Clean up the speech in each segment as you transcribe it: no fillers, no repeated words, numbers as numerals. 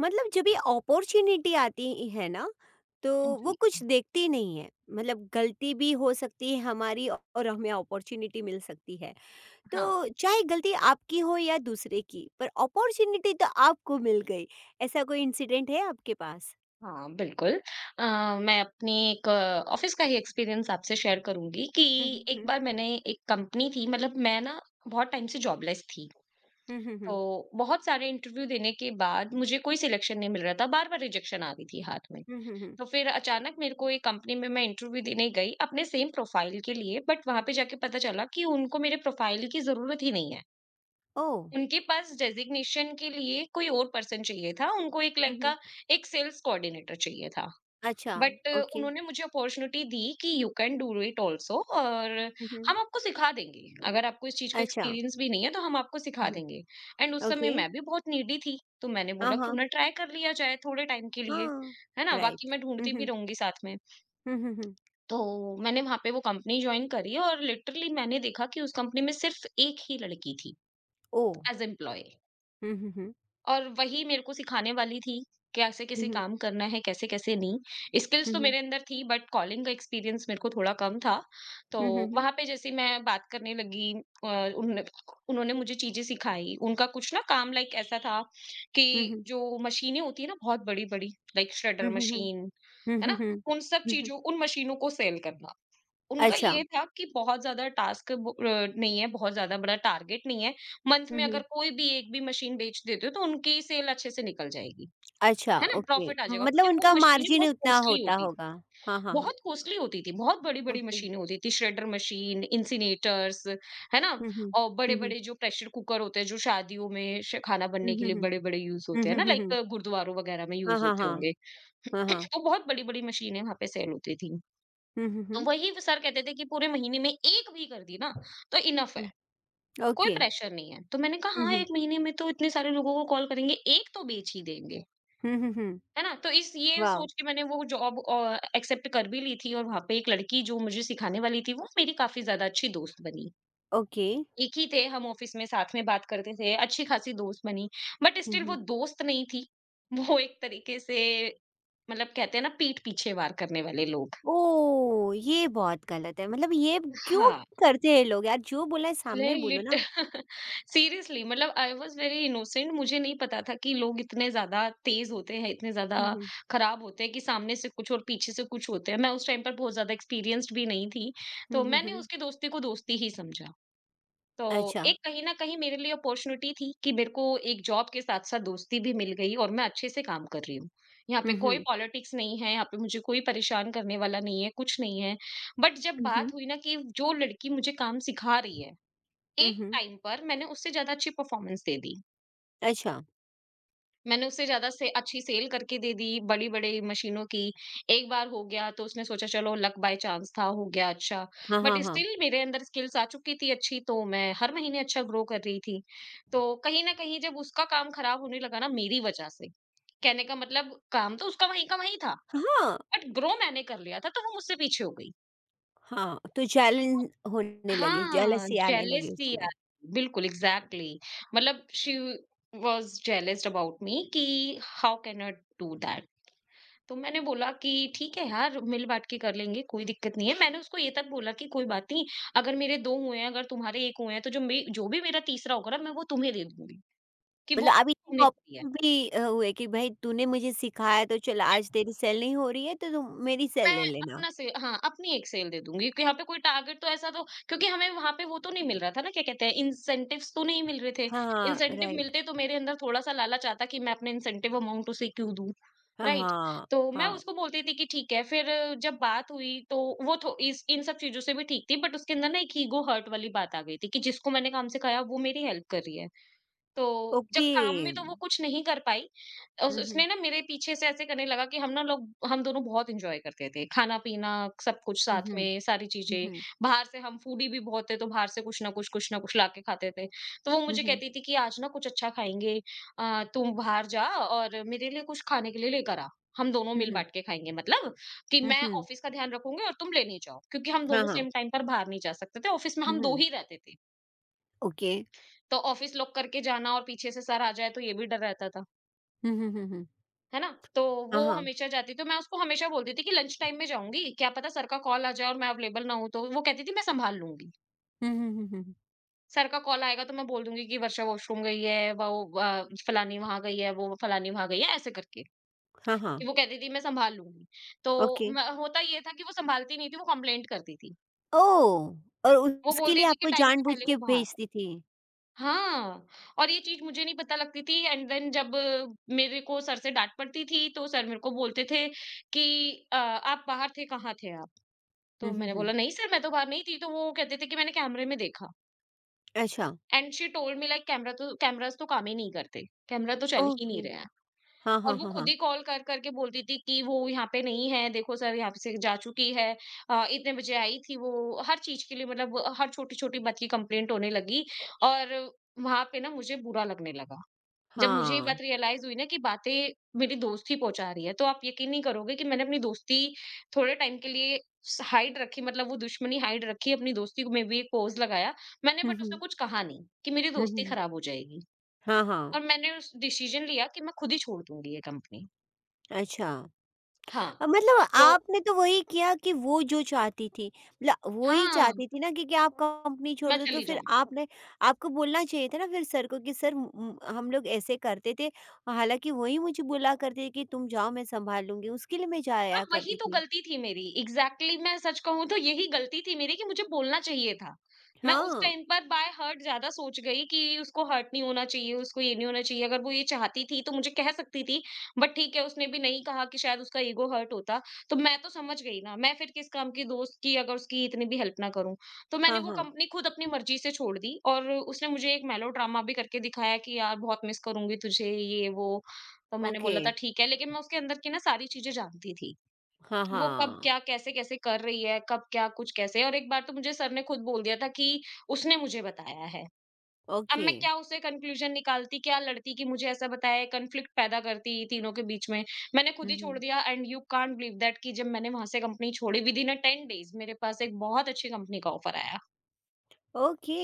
मतलब जब ये अपॉर्चुनिटी आती है ना तो वो जी। कुछ देखती नहीं है। मतलब गलती भी हो सकती है हमारी और हमें अपॉर्चुनिटी मिल सकती है हाँ, तो चाहे गलती आपकी हो या दूसरे की पर अपॉर्चुनिटी तो आपको मिल गई। ऐसा कोई इंसिडेंट है आपके पास? हाँ, बिल्कुल। अ, मैं अपनी एक ऑफ़िस का ही एक्सपीरियंस आपसे शेयर करूँगी कि हम्म एक हम्म बार मैंने एक कंपनी थी, मतलब मैं ना बहुत टाइम से जॉबलेस थी। हम्म तो हम्म बहुत सारे इंटरव्यू देने के बाद मुझे कोई सिलेक्शन नहीं मिल रहा था, बार-बार रिजेक्शन आ रही थी हाथ में। हम्म हम्म हम्म, तो फिर अचानक मेरे को एक कंपनी में मैं इंटरव्यू देने गई अपने सेम प्रोफ़ाइल के लिए, बट वहाँ पे जाके पता चला कि उनको मेरे प्रोफ़ाइल की ज़रूरत ही नहीं है। ओ उनके पास डेजिग्नेशन के लिए कोई और पर्सन चाहिए था, उनको एक लाइक का हम्म एक सेल्स कोऑर्डिनेटर चाहिए था। अच्छा बट ओके उन्होंने मुझे अपॉर्च्युनिटी दी कि you can do it also और हम्म हम्म, हम आपको सिखा देंगे। अगर आपको इस चीज़ का अच्छा एक्सपीरियंस भी नहीं है तो हम आपको सिखा हम्म, देंगे। एंड उस समय ओके मैं भी बहुत नीडी थी, तो मैंने हाँ बोला क्यों हाँ ना ट्राई कर लिया जाए थोड़े टाइम के लिए, हाँ है ना? राइट बाकी मैं ढूँढती हम्म भी हम्म रहूँगी साथ में। हम्म हम्म हम्म, तो मैंने वहाँ पे वो कंपनी जॉइन करी और लिटरली मैंने देखा कि उस कंपनी में सिर्फ एक ही लड़की थी ओ एज़ एम्प्लॉयी। हम्म हम्म हम्म और वही मेरे को सिखाने वाली थी, कैसे कैसे हम्म काम करना है, कैसे-कैसे नहीं। स्किल्स तो हम्म मेरे अंदर थी बट कॉलिंग का एक्सपीरियंस मेरे को थोड़ा कम था। तो हुँ, हुँ, हुँ। वहाँ पे जैसे ही मैं बात करने लगी, अ, उन्होंने उन्होंने मुझे चीज़ें सिखाई। उनका कुछ ना काम लाइक ऐसा था कि हुँ, हुँ। जो मशीनें होती हैं ना बहुत बड़ी-बड़ी, लाइक श्रेडर हुँ, हुँ, हुँ। मशीन, हुँ, है हुँ, ना? हुँ। उन सब हुँ, हुँ। चीज़ों उन मशीनों को सेल करना। उनका अच्छा। ये था कि बहुत ज़्यादा टास्क नहीं है, बहुत ज़्यादा बड़ा टारगेट नहीं है। मंथ हुँ, में अगर हुँ। कोई भी एक भी मशीन बेच देते हो, तो उनकी सेल अच्छे से निकल जाएगी, अच्छा, है ना? ओके। प्रॉफिट आ जाएगा मतलब क्योंकि वो उनका मशीनें बहुत मार्जिन उतना कॉस्टली होता होती थी, होगा। हाँ, हाँ, हाँ। बहुत कॉस्टली होती थी, बहुत बड़ी-बड़ी ओके। मशीनें होती थी, श्रेडर मशीन, इंसिनेटर्स, है ना? हुँ, हुँ। और हुँ, हुँ। बड़े-बड़े जो प्रेशर कुकर होते हैं, जो शादियों में श खाना हुँ, बनने के हुँ, लिए हुँ। बड़े-बड़े यूज़ हुँ, होते हैं हुँ, ना, हुँ, हुँ। लाइक गुरुद्वारों वगैरह में हाँ, यूज़ हाँ, होते हाँ। होंगे। हाँ, हाँ। तो बहुत बड़ी-बड़ी मशीनें वहाँ पे सेल होती थी। हुँ, हुँ, तो हुँ। वही सर कहते थे कि पूरे महीने में एक भी कर दी ना तो इनफ है, हुँ। कोई ओके। प्रेशर नहीं है। तो मैंने कहा हुँ, हाँ, हुँ। 1 महीने में तो इतने सारे लोगों को कॉल करेंगे, 1 तो बेच ही देंगे, हुँ, हुँ, हुँ। है ना? तो इस ये वाव! सोच के मैंने वो जॉब एक्सेप्ट कर भी ली थी और वहाँ पे एक लड़की जो मुझे सिखाने वाली थी, वो मेरी काफ़ी ज़्यादा अच्छी दोस्त बनी। ओके। एक ही थे हम ऑफिस में, साथ में बात करते थे, अच्छी-खासी दोस्त बनी, बट हुँ, स्टिल वो हुँ। दोस्त नहीं थी। वो एक तरीके से, मतलब कहते हैं ना पीठ पीछे वार करने वाले लोग। ओह! ये बहुत गलत है। मतलब ये क्यों हाँ, करते हैं लोग यार? जो बोला है सामने नहीं बोलो लिट ना। सीरियसली, मतलब आई वाज वेरी इनोसेंट, मुझे नहीं पता था कि लोग इतने ज्यादा तेज होते हैं, इतने ज्यादा हुँ, हुँ। खराब होते हैं कि सामने से कुछ और पीछे से कुछ होते हैं। मैं उस टाइम पर बहुत ज्यादा एक्सपीरियंस्ड भी नहीं थी, हुँ, तो हुँ, मैंने हुँ। उसकी दोस्ती को दोस्ती ही समझा। तो अच्छा। एक कहीं ना कहीं मेरे लिए अपॉर्चुनिटी थी कि मेरे को एक जॉब के साथ साथ दोस्ती भी मिल गई और मैं अच्छे से काम कर रही हूँ, यहाँ पे हुँ, कोई हुँ। पॉलिटिक्स नहीं है, यहाँ पे मुझे कोई परेशान करने वाला नहीं है, कुछ नहीं है। बट जब हुँ, बात हुँ। हुई ना कि जो लड़की मुझे काम सिखा रही है, हुँ, एक हुँ। टाइम पर मैंने उससे ज़्यादा अच्छी परफ़ॉर्मेंस दे दी। अच्छा। मैंने उससे ज़्यादा से अच्छी सेल करके दे दी, बड़ी-बड़ी मशीनों की। एक बार हो गया तो उसने सोचा चलो लक बाय चांस था, हो गया अच्छा। हाँ, बट हाँ, हाँ। स्टिल मेरे अंदर स्किल्स आ चुकी थी अच्छी, तो मैं हर महीने अच्छा ग्रो कर रही थी। तो कहीं न कहीं जब उसका काम खराब होने लगा ना मेरी वजह से, कहने का मतलब काम तो उसका वहीं का वहीं था, हाँ, बट ग्रो मैंने कर लिया था तो वो मुझसे पीछे हो गई। हाँ, तो जलन होने लगी, हाँ, जेलसी आने लगी जेलसी आ उसमें। बिल्कुल एग्ज़ैक्टली, मतलब she was jealoused about me कि how can I do that? तो मैंने बोला कि ठीक है यार, मिल-बाँट के कर लेंगे, कोई दिक्कत नहीं है। मैंने उसको ये तक बोला कि कोई बात नहीं, अगर मेरे 2 हुए हैं, अगर तुम्हारे 1 हुए हैं, तो जो भी मेरा तीसरा होगा ना, मैं वो तुम्हें दे दूँगी, कि वो मतलब आप इतने तुमने कॉम्पिटिटिव किया। है। भी हुए कि भाई तूने मुझे सिखाया तो चल आज तेरी सेल नहीं हो रही है तो तुम मेरी मैं सेल ले लेना। अपना से हाँ, अपनी एक सेल दे दूँगी, क्योंकि यहाँ पे कोई टारगेट तो ऐसा तो, क्योंकि हमें वहाँ पे वो तो नहीं मिल रहा था ना, क्या कहते हैं, इंसेंटिव्स तो नहीं मिल रहे थे। हाँ, इंसेंटिव राइट। मिलते तो मेरे अंदर थोड़ा-सा लालच आता कि मैं अपने इंसेंटिव अमाउंट उसे क्यों दूँ, हाँ, राइट? हाँ, तो मैं हाँ। उसको बोलती थी कि ठीक है, फिर जब बात हुई तो वो थो इस इन सब चीज़ों से भी ठीक थी, बट उसके अंदर ना एक ईगो हर्ट वाली बात आ गई थी कि जिसको मैंने काम सिखाया वो मेरी हेल्प कर रही है। तो जब ओके। काम में तो वो कुछ नहीं कर पाई। उस हुँ, हुँ। उसने ना मेरे पीछे से ऐसे करने लगा कि हम ना लोग, हम दोनों बहुत एन्जॉय करते थे। खाना-पीना, सब कुछ हुँ, साथ हुँ। में, सारी हुँ, चीज़ें। हुँ। बाहर से हम फूडी भी बहुत थे, तो बाहर से कुछ ना कुछ लाके खाते थे। तो वो हुँ, मुझे हुँ। कहती थी कि आज ना कुछ अच्छा खाएँगे, तुम बाहर जा और मेरे लिए कुछ खाने के लिए लेकर आ। हम दोनों हुँ, मिल हुँ। बाँट के खाएँगे। मतलब कि हुँ, मैं हुँ। ऑफ़िस का ध्यान रखूँगी और तुम लेने जाओ, क्योंकि हम हाँ, दोनों हाँ। सेम टाइम पर बाहर नहीं जा सकते थे। ऑफ़िस में हुँ, हम 2 हुँ। ही रहते थे। ओके। तो ऑफिस लॉक करके जाना और पीछे से सर आ जाए तो ये भी डर रहता था, हुँ, हुँ, हुँ, हुँ। है ना? तो वो हाँ, हाँ। हमेशा जाती, तो मैं उसको हमेशा बोलती थी कि लंच टाइम में जाऊँगी, क्या पता सर का कॉल आ जाए और मैं अवेलेबल ना हूँ तो? वो कहती थी मैं सँभाल लूँगी। हुँ, हुँ, हुँ, हुँ। सर का कॉल आएगा तो मैं बोल दूँगी कि वर्षा वॉशरूम गई है, वो व फलानी वहाँ गई है, वो फलानी वहाँ गई है, ऐसे करके। हाँ, हाँ। कि वो कहती थी मैं सँभाल लूँगी। तो ओके। म होता ये था कि वो सँभालती नहीं थी, वो कंप्लेंट करती थी। ओह! और वो उसके बोलती लिए थी कि आपको टाइम से जानबूझ पहले वो के बाहर, भेजती थी। हाँ, और ये चीज़ मुझे नहीं पता लगती थी। एंड देन जब, मेरे को सर से डाँट पड़ती थी, तो सर मेरे को बोलते थे कि, "आप बाहर थे, कहाँ थे आप?" तो हुँ, हुँ, मैंने हुँ। बोला, "नहीं सर, मैं तो बाहर नहीं थी।" तो वो कहते थे कि, "मैंने कैमरे में देखा।" अच्छा, and she told me like cameras तो काम ही नहीं करते, कैमरा तो चल ही नहीं ओके। रहा है। हाँ, और हाँ, वो हाँ, खुद हाँ। ही कॉल कर कर के बोलती थी कि, "वो यहाँ पे नहीं है, देखो सर, यहाँ से जा चुकी है, इतने बजे आई थी वो।" हर चीज़ के लिए, मतलब हर छोटी-छोटी बात की कंप्लेंट होने लगी और वहाँ पे ना मुझे बुरा लगने लगा। जब मुझे ये हाँ। बात रियलाइज हुई ना कि बातें मेरी दोस्त ही पहुंचा रही है, तो आप यकीन नहीं करोगे कि मैंने अपनी दोस्ती थोड़े टाइम के लिए हाइड रखी, मतलब वो दुश्मनी हाइड रखी, अपनी दोस्ती को में भी एक पोज लगाया मैंने, हुँ, बट उसने हुँ। कुछ कहा नहीं कि मेरी हुँ, दोस्ती हुँ। खराब हो जाएगी। हाँ, हाँ। और मैंने उस डिसीजन लिया कि मैं खुद ही छोड़ दूंगी ये कंपनी। अच्छा। हाँ, अ, मतलब तो आपने तो वही किया कि वो जो चाहती थी। मतलब वो ही हाँ, चाहती थी ना क्योंकि आप कंपनी मैं छोड़ दो तो चली फिर जाऊं। आपने आपको बोलना चाहिए था ना फिर सर को कि सर हम लोग ऐसे करते थे। हालाँकि वो ही मुझे बोला करते थे कि तुम जाओ मैं सँभाल लूँगी, उसके लिए मैं हाँ, जाया वही करती तो थी। गलती थी मेरी, एग्जैक्टली मैं सच कहूँ तो यही गलती थी मेरी कि मुझे बोलना चाहिए था। मैं उस हाँ। टाइम पर बाय हर्ट ज्यादा सोच गई कि उसको हर्ट नहीं होना चाहिए, उसको ये नहीं होना चाहिए। अगर वो ये चाहती थी तो मुझे कह सकती थी, बट ठीक है, उसने भी नहीं कहा कि शायद उसका ईगो हर्ट होता। तो मैं तो समझ गई ना, मैं फिर किस काम की दोस्त की अगर उसकी इतनी भी हेल्प ना करूं। तो मैंने हाँ, वो हाँ। कंपनी खुद अपनी मर्जी से छोड़ दी और उसने मुझे एक मेलो ड्रामा भी करके दिखाया कि यार बहुत मिस करूंगी तुझे, ये वो। तो मैंने ओके। बोला था ठीक है, लेकिन मैं उसके अंदर की ना सारी चीजें जानती थी हाँ, कि वो कब हाँ। क्या कैसे-कैसे कर रही है, कब क्या कुछ कैसे, और एक बार तो मुझे सर ने खुद बोल दिया था कि उसने मुझे बताया है। अब ओके। मैं क्या उससे कंक्लूज़न निकालती, क्या लड़ती कि मुझे ऐसा बताया, कॉन्फ्लिक्ट पैदा करती तीनों के बीच में। मैंने खुद हुँ, ही छोड़ हुँ। दिया and you can't believe that कि जब मैंने वहाँ से कंपनी छोड़ी, विदिन अ 10 डेज़ मेरे पास एक बहुत अच्छी कंपनी का ऑफर आया। Okay,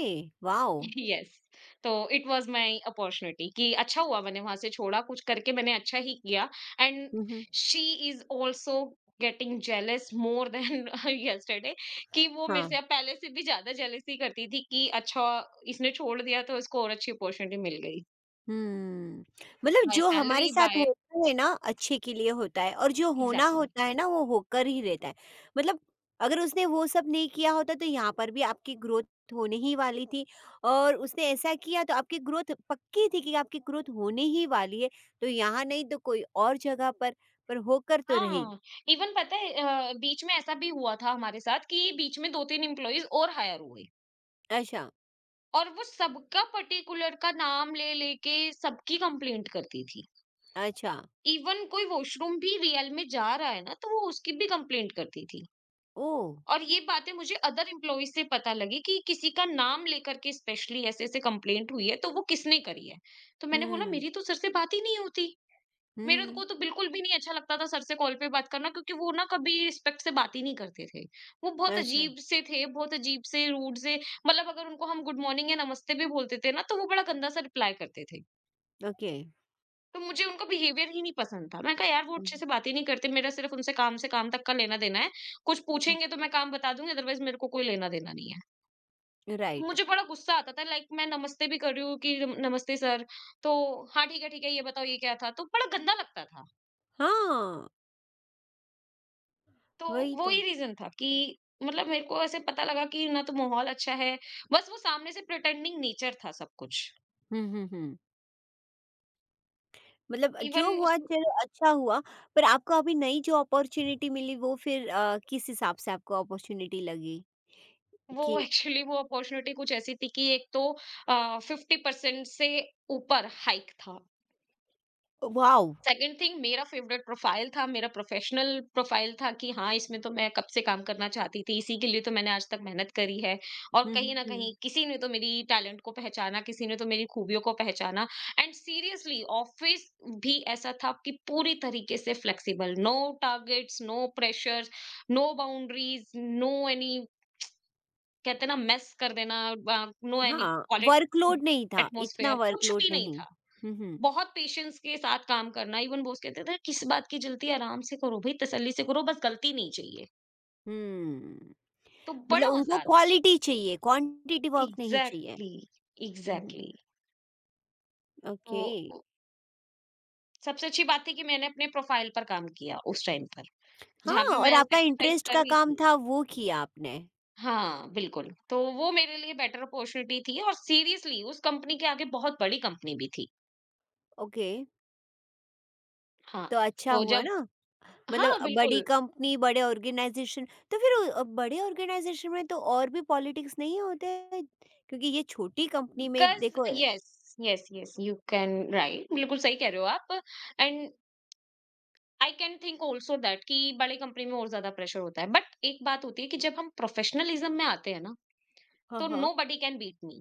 wow! यस, तो इट वाज माय अपॉर्चुनिटी कि अच्छा हुआ मैंने वहां से छोड़ा, कुछ करके मैंने अच्छा ही किया। And hmm, hmm. She is also getting jealous more than yesterday कि वो मेरे हाँ। से अब पहले से भी ज्यादा जेलसी करती थी कि अच्छा, इसने छोड़ दिया तो इसको और अच्छी अपॉर्चुनिटी मिल गई। हम्म, मतलब बाय जो हमारे सैलरी साथ बाय। होता है ना अच्छे के लिए होता है और जो होना एग्जैक्टली। होता है ना वो होकर ही रहता है। मतलब अगर उसने वो सब नहीं किया होता तो यहाँ पर भी आपकी ग्रोथ होने ही वाली थी और उसने ऐसा किया तो आपकी ग्रोथ पक्की थी कि आपकी ग्रोथ होने ही वाली है। तो यहाँ नहीं तो कोई और जगह पर होकर तो रही। हाँ। इवन पता है बीच में ऐसा भी हुआ था हमारे साथ कि बीच में दो तीन एम्प्लॉइज और हायर हुए अच्छा और वो सबका पर्टिकुलर का नाम ले लेके सबकी कंप्लेंट करती थी। अच्छा इवन कोई वॉशरूम भी रियल में जा रहा है ना, तो वो उसकी भी कंप्लेंट करती थी। ओ और ये बातें मुझे अदर एम्प्लॉइज़ से पता लगी कि किसी का नाम लेकर के स्पेशली ऐसे-ऐसे कंप्लेंट हुई है, तो वो किसने करी है? तो मैंने बोला हम्म मेरी तो सर से बात ही नहीं होती। मेरे हम्म को तो बिल्कुल भी नहीं अच्छा लगता था सर से कॉल पे बात करना, क्योंकि वो ना कभी रिस्पेक्ट से बात ही नहीं करते थे। वो बहुत अच्छा अजीब से थे, बहुत अजीब से रूड से। मतलब अगर उनको हम गुड मॉर्निंग या नमस्ते भी बोलते थे ना, तो वो बड़ा गंदा-सा रिप्लाई करते थे। ओके तो मुझे उनका बिहेवियर ही नहीं पसंद था। मैंने कहा, यार वो अच्छे हम्म, से बात ही नहीं करते, मेरा सिर्फ उनसे काम से काम तक का लेना-देना है। कुछ हम्म, पूछेंगे तो मैं काम बता दूँगी, अदरवाइज़ मेरे को कोई लेना-देना नहीं है। राइट मुझे बड़ा गुस्सा आता था, लाइक मैं नमस्ते भी कर रही हूँ कि नमस्ते सर, तो हाँ, ठीक है, ये बताओ ये क्या था? तो बड़ा गंदा लगता था। हाँ तो वही वो तो ही रीजन था कि मतलब मेरे को ऐसे पता लगा कि ना तो माहौल अच्छा है, बस वो सामने से प्रिटेंडिंग नेचर था सब कुछ। हम्म हम्म हम्म मतलब जो इवन उस हुआ चलो अच्छा हुआ, पर आपको अभी नई जो अपॉर्च्युनिटी मिली वो फिर किस हिसाब से आपको अपॉर्च्युनिटी लगी? वो कि एक्चुअली वो अपॉर्च्युनिटी कुछ ऐसी थी कि एक तो 50% से ऊपर हाइक था। वॉव! सेकंड थिंग, मेरा फेवरेट प्रोफाइल था, मेरा प्रोफेशनल प्रोफाइल था कि हाँ, इसमें तो मैं कब से काम करना चाहती थी, इसी के लिए तो मैंने आज तक मेहनत करी है, और हुँ, कहीं न हुँ, कहीं किसी ने तो मेरी टैलेंट को पहचाना, किसी ने तो मेरी खूबियों को पहचाना। एंड सीरियसली ऑफ़िस भी ऐसा था कि पूरी तरीके से flexible, no targets, no pressures, no boundaries, no any, कहते हैं ना मेस कर देना, ब नो एनी हाँ, पॉलिटिक्स वर्कलोड नहीं था, इतना एटमॉस्फेयर कुछ वर्कलोड भी नहीं नहीं। था। हुँ, हुँ, बहुत पेशेंस के साथ काम करना, इवन बॉस कहते थे किस बात की जल्दी, आराम से करो भाई, तसल्ली से करो, बस गलती नहीं चाहिए। हुँ, तो मतलब बड़ा मजा उनको आता है। क्वालिटी चाहिए, क्वांटिटी वर्क नहीं चाहिए। Exactly exactly, hmm, hmm, exactly exactly। तो ओके। उ- सबसे अच्छी बात थी कि मैंने अपने प्रोफाइल पर काम किया उस टाइम पर, जहां हाँ, पे और मैं आपका सेक्रीफाइस इंटरेस्ट कर का रही काम थी। था वो किया आपने। हाँ बिल्कुल, तो वो मेरे लिए बेटर अपॉर्चुनिटी थी, और सीरियसली उस कंपनी के आगे बहुत बड़ी कंपनी भी थी। ओके, हाँ। तो अच्छा तो हुआ जब ना? हाँ मतलब बड़ी बिल्कुल। कंपनी, बड़े ऑर्गेनाइज़ेशन तो फिर बड़े ऑर्गेनाइज़ेशन में तो और भी पॉलिटिक्स नहीं होते हैं? क्योंकि ये छोटी कंपनी में बिकॉज देखो yes yes yes, you can right, बिल्कुल सही कह रहे हो आप। And I can think also that कि बड़ी कंपनी में और ज्यादा प्रेशर होता है, बट एक बात होती है कि जब हम प्रोफेशनलिज्म में आते हैं ना, हाँ, तो हाँ। Nobody can beat me.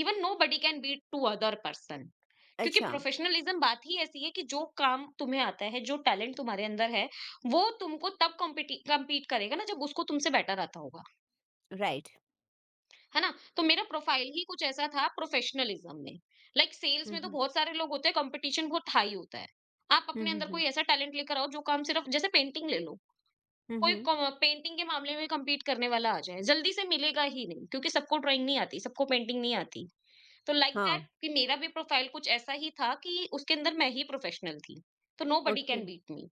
Even nobody can beat to other person. क्योंकि अच्छा, प्रोफेशनलिज्म बात ही ऐसी है कि जो काम तुम्हें आता है, जो टैलेंट तुम्हारे अंदर है, वो तुमको तब कम्पीट करेगा ना जब उसको तुमसे बेटर आता होगा। राइट। है ना। तो मेरा प्रोफाइल ही कुछ ऐसा था प्रोफेशनलिज्म में। लाइक सेल्स हुँ, में तो हुँ। बहुत सारे लोग होते हैं, कंपटीशन बहुत हाई होता है। आप हुँ, अपने हुँ, अंदर कोई हुँ। ऐसा टैलेंट लेकर आओ, जो काम सिर्फ, जैसे पेंटिंग ले लो। हुँ, कोई हुँ। क पेंटिंग के मामले में कम्पीट करने वाला आ जाए, जल्दी से मिलेगा ही नहीं, क्योंकि सबको ड्राइंग नहीं आती, सबको पेंटिंग नहीं आती। तो लाइक हाँ, दैट कि मेरा भी प्रोफाइल कुछ ऐसा ही था कि उसके अंदर मैं ही प्रोफेशनल थी। तो nobody okay. Can beat me.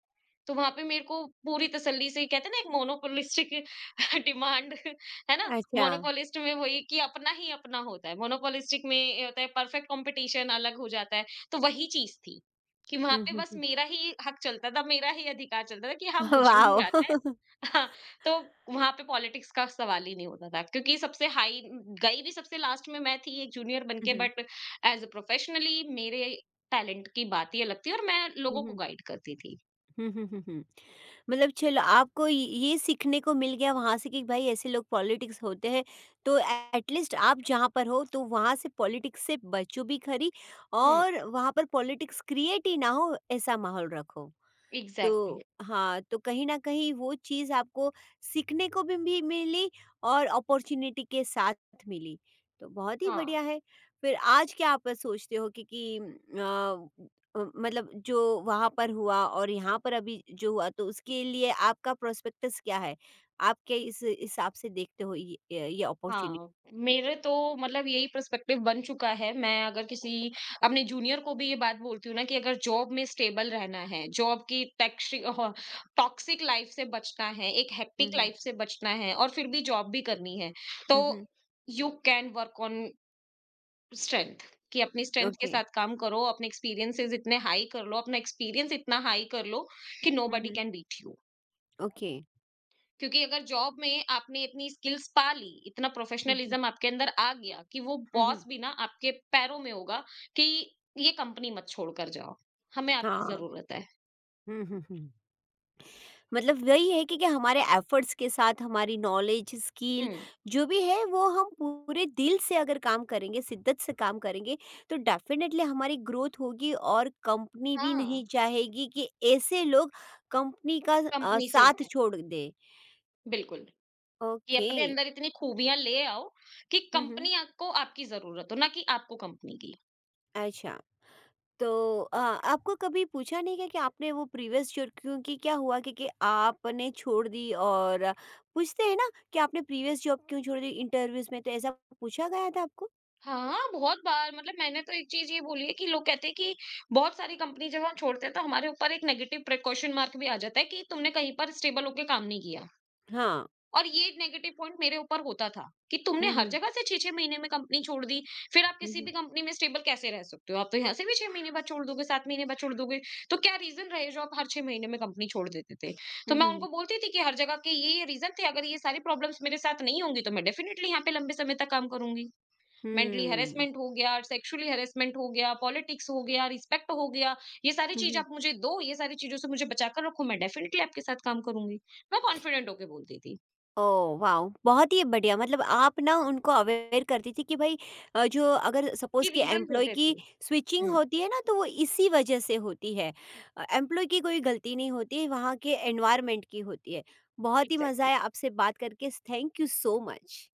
तो वहां पे मेरे को पूरी तसल्ली से, कहते हैं ना, एक मोनोपोलिस्टिक डिमांड। है ना। अच्छा। मोनोपोलिस्ट में वही कि अपना ही अपना होता है, मोनोपोलिस्टिक में ये होता है परफेक्ट कंपटीशन अलग हो जाता है। तो वही चीज थी कि वहां हुँ, पे बस हुँ। मेरा ही हक चलता था, मेरा ही अधिकार चलता था, कि हाँ मुझे ही वाओ! आता है। तो वहाँ पे पॉलिटिक्स का सवाल ही नहीं होता था, क्योंकि सबसे हाई गई भी सबसे लास्ट में मैं थी, एक जूनियर बन हुँ, के, हुँ। बट एज अ प्रोफेशनली मेरे टैलेंट की बात ही अलग थी, और मैं हुँ, लोगों को हुँ। गाइड करती थी। हुँ, हुँ, हुँ, हुँ। मतलब चलो आपको ये सीखने को मिल गया वहाँ से कि भाई ऐसे लोग पॉलिटिक्स होते हैं। तो एटलीस्ट आप जहाँ पर हो तो वहाँ से पॉलिटिक्स से बचो भी खरी हुँ, और वहाँ पर पॉलिटिक्स क्रिएट ही ना हो ऐसा माहौल रखो। एग्जैक्टली। तो हाँ, तो कहीं न कहीं वो चीज़ आपको सीखने को भी मिली और अपॉर्च्युनिटी के साथ मिली, तो बहुत ही हाँ। बढ़िया है। फिर आज क्या आप सोचते हो कि मतलब जो वहाँ पर हुआ और यहाँ पर अभी जो हुआ तो उसके लिए आपका प्रोस्पेक्टस क्या है? आप क्या इस हिसाब से देखते हो ये अपॉर्च्युनिटी? हाँ, मेरे तो मतलब यही पर्सपेक्टिव बन चुका है। मैं अगर किसी अपने जूनियर को भी ये बात बोलती हूँ ना, कि अगर जॉब में स्टेबल रहना है, जॉब की टैक्सी ह टॉक्सिक लाइफ से बचना है, एक हुँ, हेक्टिक हुँ। लाइफ से बचना है, और फिर भी जॉब भी करनी है, तो hmm, hmm. You can work on strength, कि अपनी स्ट्रेंथ के ओके। साथ काम करो, अपने एक्सपीरियंसेस इतने हाई कर लो, अपना एक्सपीरियंस इतना हाई कर लो कि hmm, nobody hmm. Can beat you. Okay. क्योंकि अगर जॉब में आपने इतनी स्किल्स पा ली, इतना हुँ, हुँ। प्रोफेशनलिज्म आपके अंदर आ गया, कि वो हुँ, बॉस हुँ। भी ना आपके पैरों में होगा कि ये कंपनी मत छोड़ कर जाओ, हमें आपकी हाँ। ज़रूरत है। हुँ, हुँ, हुँ। मतलब वही है कि हमारे एफर्ट्स के साथ हमारी नॉलेज, हुँ। स्किल जो भी है वो हम पूरे दिल से अगर काम करेंगे, शिद्दत से काम करेंगे तो डेफ़िनेटली हमारी ग्रोथ होगी और कंपनी भी हाँ, नहीं चाहेगी कि ऐसे लोग कंपनी का कंपनी से साथ जाए। छोड़ दें। बिल्कुल, कि ओके। अपने अंदर इतनी खूबियाँ ले आओ कि हुँ, हुँ। कंपनी आपको, आपकी ज़रूरत हो, ना कि आपको कंपनी की। अच्छा। तो आपको कभी पूछा नहीं गया कि आपने वो प्रीवियस जॉब क्योंकि क्या हुआ कि आपने छोड़ दी और पूछते हैं ना कि आपने प्रीवियस जॉब क्यों छोड़ दी इंटरव्यूज में, तो ऐसा पूछा गया था आपको? हाँ, बहुत बार। मतलब मैंने तो एक चीज़ ये बोली है कि लोग कहते हैं कि बहुत सारी कंपनी जब हम छोड़ते हैं, तो हमारे ऊपर एक नेगेटिव प्रिकॉशन मार्क भी आ जाता है कि तुमने कहीं पर स्टेबल होके काम नहीं किया। हाँ। और ये नेगेटिव पॉइंट मेरे ऊपर होता था कि तुमने हुँ, हर हुँ। जगह से 6-6 महीने में कंपनी छोड़ दी, फिर आप हुँ, किसी भी हुँ। कंपनी में स्टेबल कैसे रह सकते हो? आप तो यहाँ से भी 6 महीने बाद छोड़ दोगे, 7 महीने बाद छोड़ दोगे, तो क्या रीज़न रहे जो आप हर 6 महीने में कंपनी छोड़ देते थे? तो हुँ, मैं हुँ, उनको बोलती थी कि हर जगह के ये-ये रीज़न थे, अगर ये सारी प्रॉब्लम्स मेरे साथ नहीं होंगी, तो मैं डेफिनिटली यहाँ पे लंबे समय तक काम करूँगी। मेंटली हुँ। हैरेसमेंट हो गया, सेक्सुअली हैरेसमेंट हो गया, पॉलिटिक्स हो गया, रिस्पेक्ट हो गया, ये सारी चीज़ हुँ। आप मुझे दो, ये सारी चीज़ों से मुझे बचा कर रखो, मैं डेफिनिटली आपके साथ काम करूँगी। मैं कॉन्फिडेंट होके बोलती थी। Oh wow! बहुत ही बढ़िया। मतलब आप ना उनको अवेयर करती थी कि भाई जो अगर ये सपोज़ कि रीज़न एम्प्लॉयी होते थे। की स्विचिंग हुँ। होती है ना तो वो इसी वजह से होती है। एम्प्लॉयी की कोई गलती नहीं होती है, वहाँ के एनवायरनमेंट की होती है। बहुत ही मज़ा एग्ज़ैक्टली। आया आपसे बात करके। Thank you so much.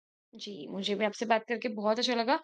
जी, मुझे भी आपसे बात करके बहुत अच्छा लगा।